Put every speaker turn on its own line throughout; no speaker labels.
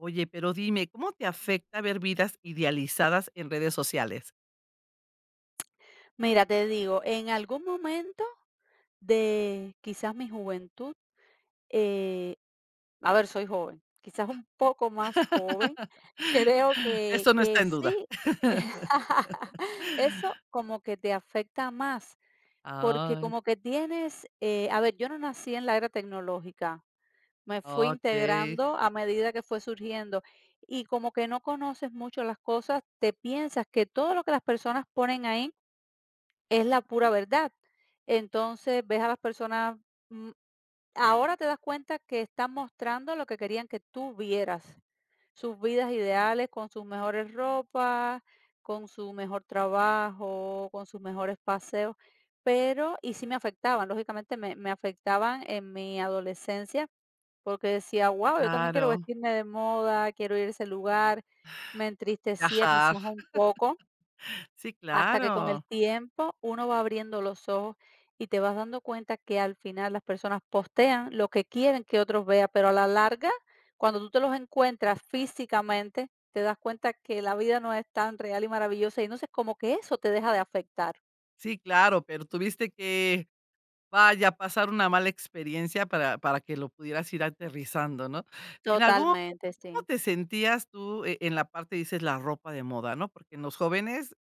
Oye, pero dime, ¿cómo te afecta ver vidas idealizadas en redes sociales?
Mira, te digo, en algún momento de quizás mi juventud, eh, a ver, soy joven, quizás un poco más joven, creo que,
Eso no está
que
en duda.
sí, eso como que te afecta más, porque
Ah,
como que tienes, a ver, yo no nací en la era tecnológica, me fui
okey,
integrando a medida que fue surgiendo y como que no conoces mucho las cosas, te piensas que todo lo que las personas ponen ahí es la pura verdad. Entonces, ves a las personas, mm, ahora te das cuenta que están mostrando lo que querían que tú vieras, sus vidas ideales con sus mejores ropas, con su mejor trabajo, con sus mejores paseos, pero y sí me afectaban, lógicamente me afectaban en mi adolescencia, porque decía: "Guau, yo también quiero
claro.
vestirme de moda, quiero ir a ese lugar", me entristecía quizás
Viajar.
un poco.
Sí,
Hasta que con el
claro.
tiempo uno va abriendo los ojos y te vas dando cuenta que al final las personas postean lo que quieren que otros vean, pero a la larga, cuando tú te los encuentras físicamente, te das cuenta que la vida no es tan real y maravillosa y no sé como que eso te deja de afectar.
Sí, claro, pero tuviste que, vaya, pasar una mala experiencia para que lo pudieras ir aterrizando, ¿no? En algún
Totalmente,
momento, ¿cómo
sí.
te sentías tú en la parte, dices, la ropa de moda, ¿no? Porque en los jóvenes,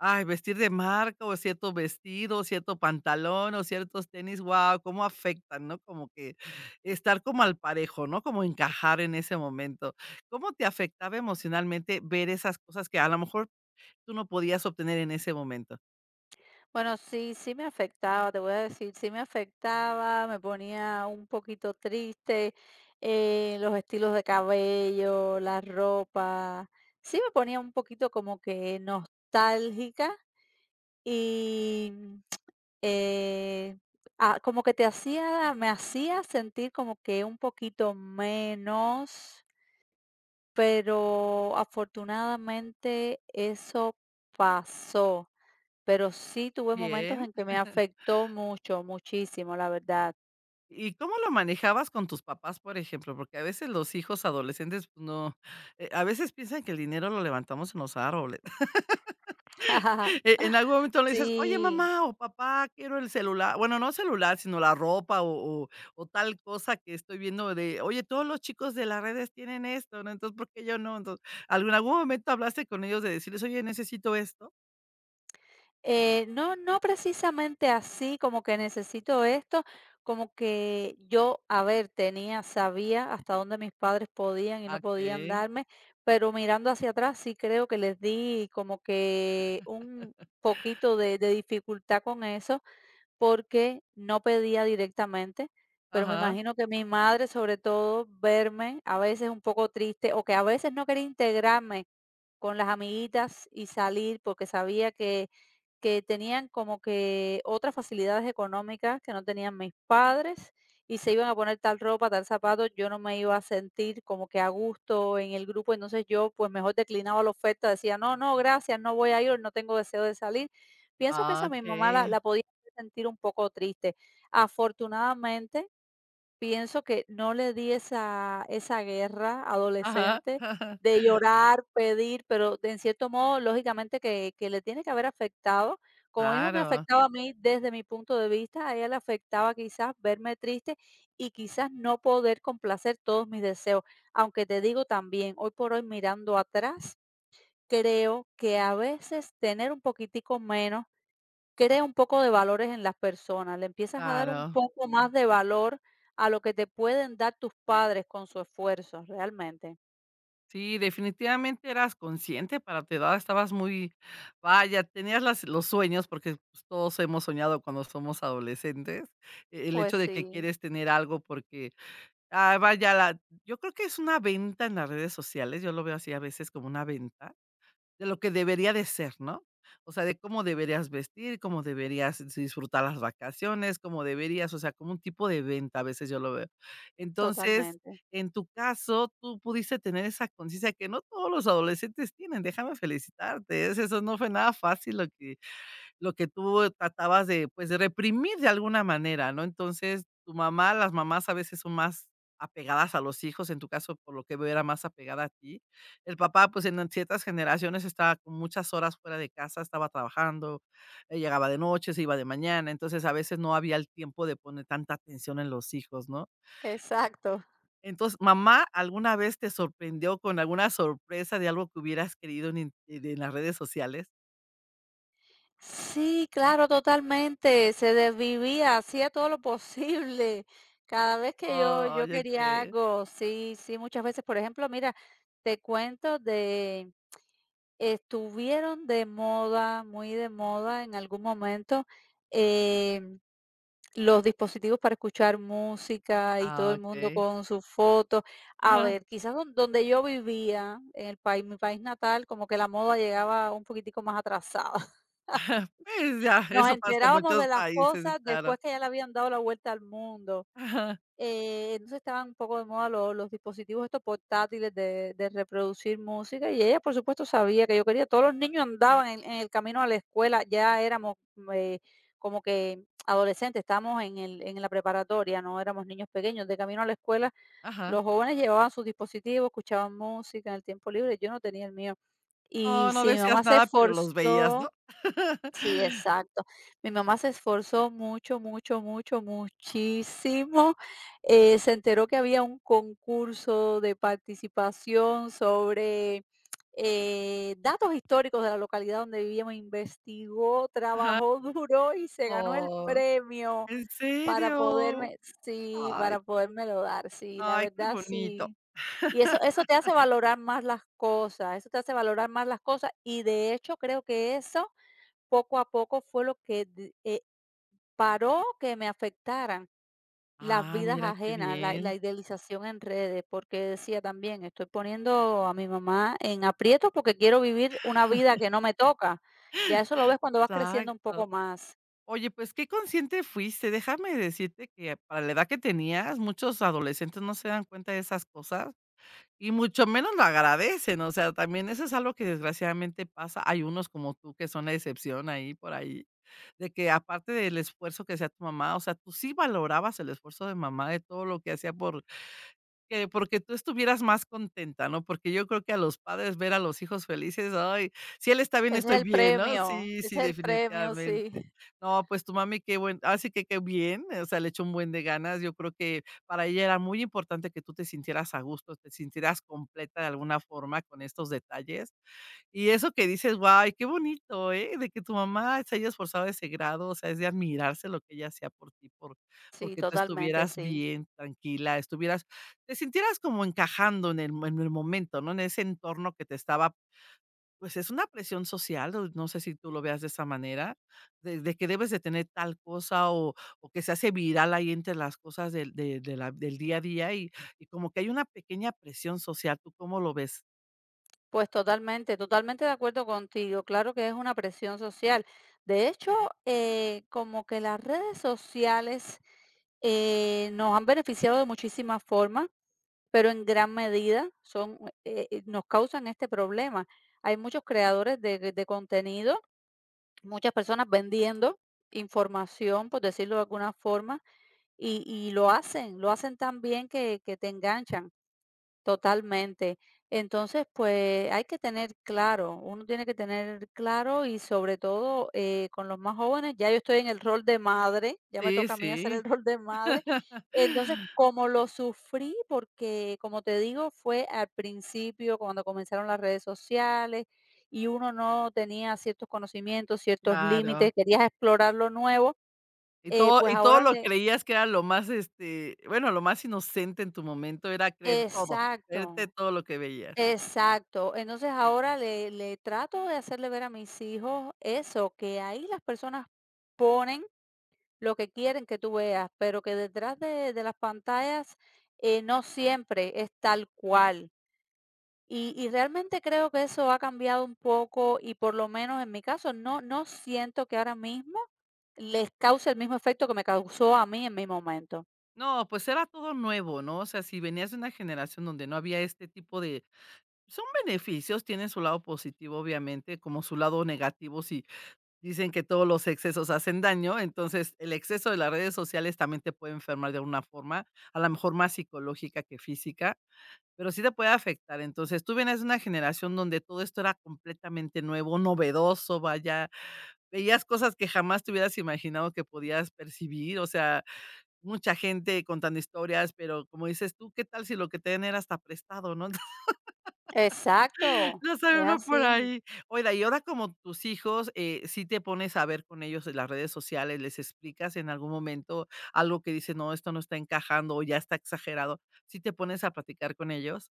ay, vestir de marca o cierto vestido, cierto pantalón o ciertos tenis, guau, cómo afectan, ¿no? Como que estar como al parejo, ¿no? Como encajar en ese momento. ¿Cómo te afectaba emocionalmente ver esas cosas que a lo mejor tú no podías obtener en ese momento?
Bueno, sí, sí me afectaba, te voy a decir, sí me afectaba, me ponía un poquito triste, los estilos de cabello, la ropa, sí me ponía un poquito como que nostálgica y eh, como que te hacía, me hacía sentir como que un poquito menos, pero afortunadamente eso pasó. Pero sí tuve momentos
Bien.
en que me afectó mucho, muchísimo, la verdad.
¿Y cómo lo manejabas con tus papás, por ejemplo? Porque a veces los hijos adolescentes, pues, no, a veces piensan que el dinero lo levantamos en los árboles. En algún momento le dices: "Oye,
Sí,
mamá o papá, quiero el celular", bueno, no celular, sino la ropa o tal cosa que estoy viendo de, oye, todos los chicos de las redes tienen esto, ¿no? Entonces, ¿por qué yo no? Entonces, ¿algún ¿en algún momento hablaste con ellos de decirles: "Oye, necesito esto"?
no, no precisamente así, como que necesito esto, como que yo, a ver, tenía, sabía hasta dónde mis padres podían y
Ah.
no podían darme, pero mirando hacia atrás sí creo que les di como que un poquito de dificultad con eso, porque no pedía directamente, pero me
Ajá.
imagino que mi madre, sobre todo, verme a veces un poco triste o que a veces no quería integrarme con las amiguitas y salir porque sabía que tenían como que otras facilidades económicas que no tenían mis padres y se iban a poner tal ropa, tal zapato, yo no me iba a sentir como que a gusto en el grupo, entonces yo pues mejor declinaba la oferta, decía, no, no, gracias, no voy a ir, no tengo deseo de salir. Pienso que
Ah,
eso a mi mamá la,
okey.
la podía hacer sentir un poco triste. Afortunadamente, pienso que no le di esa guerra
Ajá.
adolescente
Ajá.
de llorar, pedir, pero de en cierto modo, lógicamente que le tiene que haber afectado. Como hijo me
Claro,
afectaba a mí desde mi punto de vista, a ella le afectaba quizás verme triste y quizás no poder complacer todos mis deseos. Aunque te digo también, hoy por hoy mirando atrás, creo que a veces tener un poquitico menos crea un poco de valores en las personas, le empiezas a dar un
claro.
poco más de valor a lo que te pueden dar tus padres con su esfuerzo, realmente.
Sí, definitivamente eras consciente para tu edad, estabas muy, vaya, tenías las los sueños, porque, pues, todos hemos soñado cuando somos adolescentes, el
Pues
hecho de que
sí.
quieres tener algo porque, ah, vaya, la yo creo que es una venta en las redes sociales, yo lo veo así a veces como una venta, de lo que debería de ser, ¿no? O sea, de cómo deberías vestir, cómo deberías si disfrutar las vacaciones, cómo deberías, o sea, como un tipo de venta, a veces yo lo veo. Entonces,
Totalmente.
en tu caso, tú pudiste tener esa conciencia que no todos los adolescentes tienen, déjame felicitarte, es eso no fue nada fácil lo que tú, tratabas de, pues, de reprimir de alguna manera, ¿no? Entonces, tu mamá, las mamás a veces son más apegadas a los hijos, en tu caso, por lo que veo, era más apegada a ti. El papá, pues, en ciertas generaciones estaba con muchas horas fuera de casa, estaba trabajando, llegaba de noche, se iba de mañana, entonces a veces no había el tiempo de poner tanta atención en los hijos, ¿no?
Exacto.
Entonces, ¿mamá alguna vez te sorprendió con alguna sorpresa de algo que hubieras querido en in en las redes sociales?
Sí, claro, totalmente. Se desvivía, hacía todo lo posible. Cada vez que yo,
Oh,
yo quería
okey.
algo, sí, sí, muchas veces, por ejemplo, mira, te cuento de, estuvieron de moda, muy de moda en algún momento. em, los dispositivos para escuchar música y todo
Ah,
el mundo
okey.
con sus fotos. A
Ajá.
ver, quizás donde yo vivía, en el país, mi país natal, como que la moda llegaba un poquitico más atrasada.
Pues ya,
Nos
eso pasa en
enterábamos
muchos
de las
países, sí,
cosas
claro.
después que ya le habían dado la vuelta al mundo.
Ajá,
Entonces estaban un poco de moda lo los dispositivos estos portátiles de reproducir música, y ella, por supuesto, sabía que yo quería. Todos los niños andaban en el camino a la escuela, ya éramos, eh, como que adolescentes, estábamos en el en la preparatoria, no éramos niños pequeños. De camino a la escuela,
ajá.
los jóvenes llevaban sus dispositivos, escuchaban música en el tiempo libre, yo no tenía el mío. Y
No, no
si mi
decías
mamá se
nada, pero los veías,
esforzó.
¿no?
Sí, exacto. Mi mamá se esforzó mucho, mucho, mucho, muchísimo. Se enteró que había un concurso de participación sobre, datos históricos de la localidad donde vivíamos, investigó,
Ajá.
trabajó duro y se ganó el
Oh,
premio
¿en
para
serio?
poderme sí,
Ay,
para podérmelo dar. Sí, la
ay, qué
verdad
bonito.
sí. Y eso te hace valorar más las cosas, eso te hace valorar más las cosas, y de hecho creo que eso poco a poco fue lo que d paró que me afectaran las
Ah,
vidas
mira qué
ajenas,
bien.
la idealización en redes, porque decía también: "Estoy poniendo a mi mamá en aprietos porque quiero vivir una vida que no me toca". Ya eso lo ves cuando vas creciendo un
Exacto.
poco más.
Oye, pues qué consciente fuiste. Déjame decirte que para la edad que tenías, muchos adolescentes no se dan cuenta de esas cosas. Y mucho menos lo agradecen, o sea, también eso es algo que desgraciadamente pasa. Hay unos como tú que son la excepción ahí por ahí, de que aparte del esfuerzo que hacía tu mamá, o sea, tú sí valorabas el esfuerzo de mamá, de todo lo que hacía por que porque tú estuvieras más contenta, ¿no? Porque yo creo que a los padres ver a los hijos felices, ay, si él está bien,
Ese es
estoy
el
bien, ¿no?
premio,
Sí, sí,
ese es el premio, sí.
definitivamente. No, pues tu mami, qué buen, así que qué bien, o sea, le echó un buen de ganas. Yo creo que para ella era muy importante que tú te sintieras a gusto, te sintieras completa de alguna forma con estos detalles. Y eso que dices: "Guay, qué bonito, ¿eh?, de que tu mamá se haya esforzado a ese grado", o sea, es de admirarse lo que ella hacía por ti, por
Sí,
porque tú
totalmente,
estuvieras
sí.
bien, tranquila, estuvieras te sintieras como encajando en el momento, ¿no?, en ese entorno que te estaba, pues, es una presión social, o no sé si tú lo veas de esa manera, de que debes de tener tal cosa, o que se hace viral ahí entre las cosas del de la del día a día, y como que hay una pequeña presión social, ¿tú cómo lo ves?
Pues totalmente, totalmente de acuerdo contigo. Claro que es una presión social. De hecho, como que las redes sociales nos han beneficiado de muchísimas formas, pero en gran medida son, nos causan este problema. Hay muchos creadores de contenido, muchas personas vendiendo información, por decirlo de alguna forma, y lo hacen tan bien que te enganchan. Totalmente. Entonces, pues hay que tener claro, uno tiene que tener claro y sobre todo con los más jóvenes, ya yo estoy en el rol de madre, ya me
Sí,
toca a mí hacer el
sí,
rol de madre. Entonces, como lo sufrí, porque como te digo, fue al principio cuando comenzaron las redes sociales y uno no tenía ciertos conocimientos, ciertos
claro.
límites, querías explorar lo nuevo,
Y todo
pues ahora
lo
le...
creías que era lo más, este, bueno, lo más inocente en tu momento era creer todo, creerte
Exacto.
todo lo que veías.
Exacto. Entonces ahora le trato de hacerle ver a mis hijos eso, que ahí las personas ponen lo que quieren que tú veas, pero que detrás de las pantallas no siempre es tal cual. Y realmente creo que eso ha cambiado un poco y por lo menos en mi caso no, no siento que ahora mismo les cause el mismo efecto que me causó a mí en mi momento.
No, pues era todo nuevo, ¿no? O sea, si venías de una generación donde no había este tipo de son beneficios, tienen su lado positivo, obviamente, como su lado negativo, si dicen que todos los excesos hacen daño, entonces el exceso de las redes sociales también te puede enfermar de alguna forma, a lo mejor más psicológica que física. Pero sí te puede afectar. Entonces, tú vienes de una generación donde todo esto era completamente nuevo, novedoso, vaya, veías cosas que jamás te hubieras imaginado que podías percibir, o sea, mucha gente contando historias, pero como dices tú, ¿qué tal si lo que te den era hasta prestado, no?
Exacto.
No sabe
Es
uno por
así.
ahí. Oiga, y ahora como tus hijos, ¿sí te pones a ver con ellos en las redes sociales, les explicas en algún momento algo que dice, no, esto no está encajando o ya está exagerado? ¿Si te pones a platicar con ellos?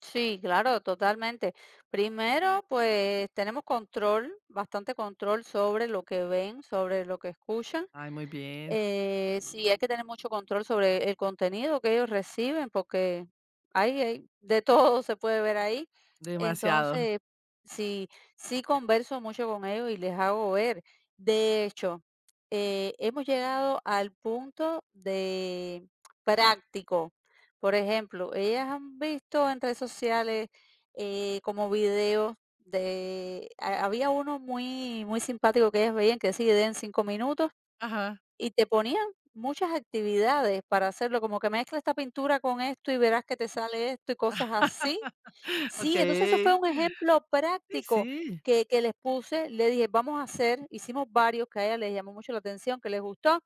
Sí, claro, totalmente. Primero, pues tenemos control, bastante control sobre lo que ven, sobre lo que escuchan.
Ay, muy bien.
Sí, hay que tener mucho control sobre el contenido que ellos reciben, porque de todo se puede ver ahí.
Demasiado.
Entonces, sí, sí converso mucho con ellos y les hago ver. De hecho, hemos llegado al punto de práctico. Por ejemplo, ellas han visto en redes sociales como videos había uno muy, muy simpático que ellas veían que decía, den 5 minutos
Ajá.
y te ponían muchas actividades para hacerlo, como que mezcla esta pintura con esto y verás que te sale esto y cosas así. Sí, entonces eso
Okey.
fue un ejemplo
Sí,
práctico
sí.
que les puse, le dije, vamos a hacer, hicimos varios que a ella les llamó mucho la atención, que les gustó,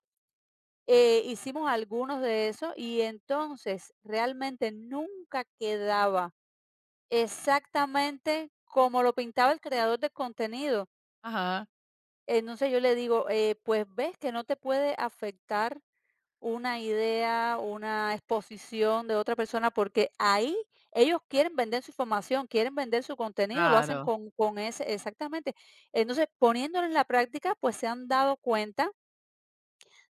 hicimos algunos de esos y entonces realmente nunca quedaba exactamente como lo pintaba el creador de contenido.
Ajá.
Entonces yo le digo, pues ves que no te puede afectar una idea, una exposición de otra persona, porque ahí ellos quieren vender su información, quieren vender su contenido, lo hacen
Claro,
con ese exactamente. Entonces, poniéndolo en la práctica, pues, se han dado cuenta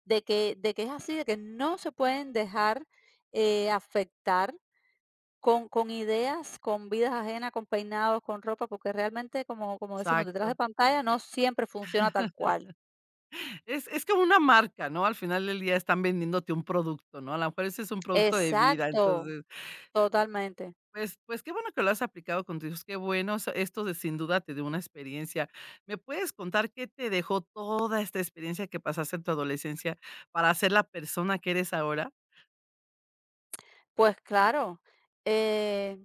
de que es así, de que no se pueden dejar, afectar con ideas, con vidas ajenas, con peinados, con ropa, porque realmente, como como decimos, detrás de
exacto.
pantalla no siempre funciona tal cual.
Es como una marca, ¿no? Al final del día están vendiéndote un producto, ¿no? A lo mejor ese es un producto de vida.
Exacto,
Entonces,
totalmente.
pues qué bueno que lo has aplicado con tus hijos, qué bueno. O esto de sin duda te dio una experiencia. ¿Me puedes contar qué te dejó toda esta experiencia que pasaste en tu adolescencia para ser la persona que eres ahora?
Pues claro, eh,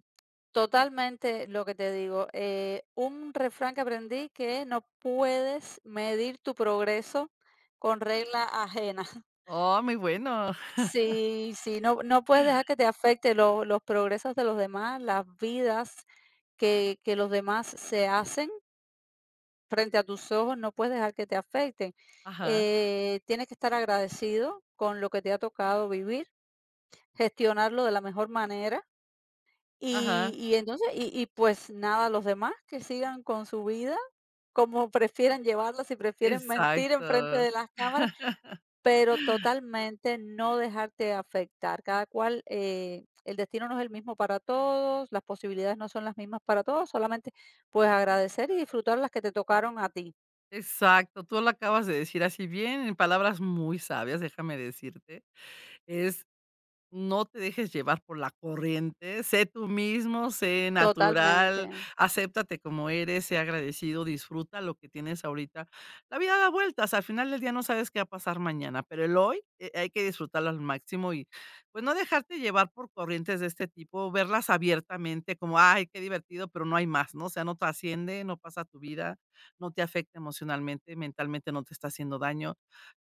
totalmente lo que te digo. Un refrán que aprendí que no puedes medir tu progreso con regla ajena.
Oh, muy bueno.
Sí, sí, no, no puedes dejar que te afecte los progresos de los demás, las vidas que los demás se hacen frente a tus ojos, no puedes dejar que te afecten.
Ajá,
Tienes que estar agradecido con lo que te ha tocado vivir, gestionarlo de la mejor manera
ajá.
entonces pues nada, los demás que sigan con su vida, como prefieran llevarla, si prefieren mentir en frente
Exacto.
de las cámaras, pero totalmente no dejarte afectar. Cada cual, el destino no es el mismo para todos, las posibilidades no son las mismas para todos, solamente, pues, agradecer y disfrutar las que te tocaron a ti.
Exacto, tú lo acabas de decir así bien, en palabras muy sabias, déjame decirte. Es No te dejes llevar por la corriente, sé tú mismo, sé
Totalmente.
natural, acéptate como eres, sé agradecido, disfruta lo que tienes ahorita. La vida da vueltas, al final del día no sabes qué va a pasar mañana, pero el hoy, hay que disfrutarlo al máximo y, pues, no dejarte llevar por corrientes de este tipo, verlas abiertamente como: "Ay, qué divertido", pero no hay más, ¿no? O sea, no trasciende, no pasa a tu vida, no te afecta emocionalmente, mentalmente no te está haciendo daño.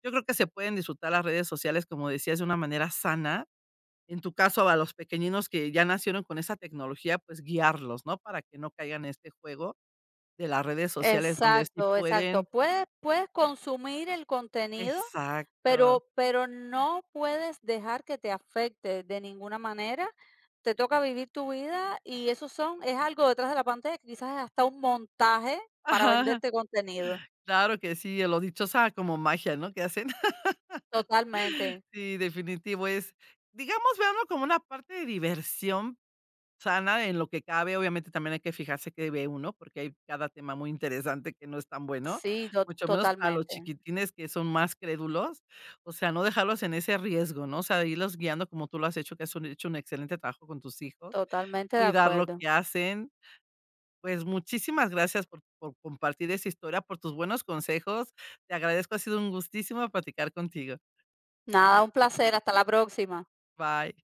Yo creo que se pueden disfrutar las redes sociales, como decías, de una manera sana en tu caso, a los pequeñinos que ya nacieron con esa tecnología, pues guiarlos, ¿no? Para que no caigan en este juego de las redes sociales donde sí
Exacto, exacto.
pueden.
Puedes consumir el contenido,
Exacto.
pero no puedes dejar que te afecte de ninguna manera. Te toca vivir tu vida y eso son es algo detrás de la pantalla que quizás es hasta un montaje para
Ajá,
venderte contenido.
claro que sí, lo dichosa como magia, ¿no? Que hacen.
Totalmente.
Sí, definitivo es, digamos, véanlo como una parte de diversión sana en lo que cabe, obviamente también hay que fijarse que ve uno, porque hay cada tema muy interesante que no es tan bueno,
Sí, to
mucho menos para los
totalmente.
chiquitines que son más crédulos, o sea, no dejarlos en ese riesgo, ¿no? O sea, irlos guiando como tú lo has hecho, que has hecho un excelente trabajo con tus hijos,
Totalmente de
cuidar lo
acuerdo.
que hacen. Pues muchísimas gracias por compartir esa historia, por tus buenos consejos. Te agradezco, ha sido un gustísimo platicar contigo.
Nada, un placer. Hasta la próxima.
Bye.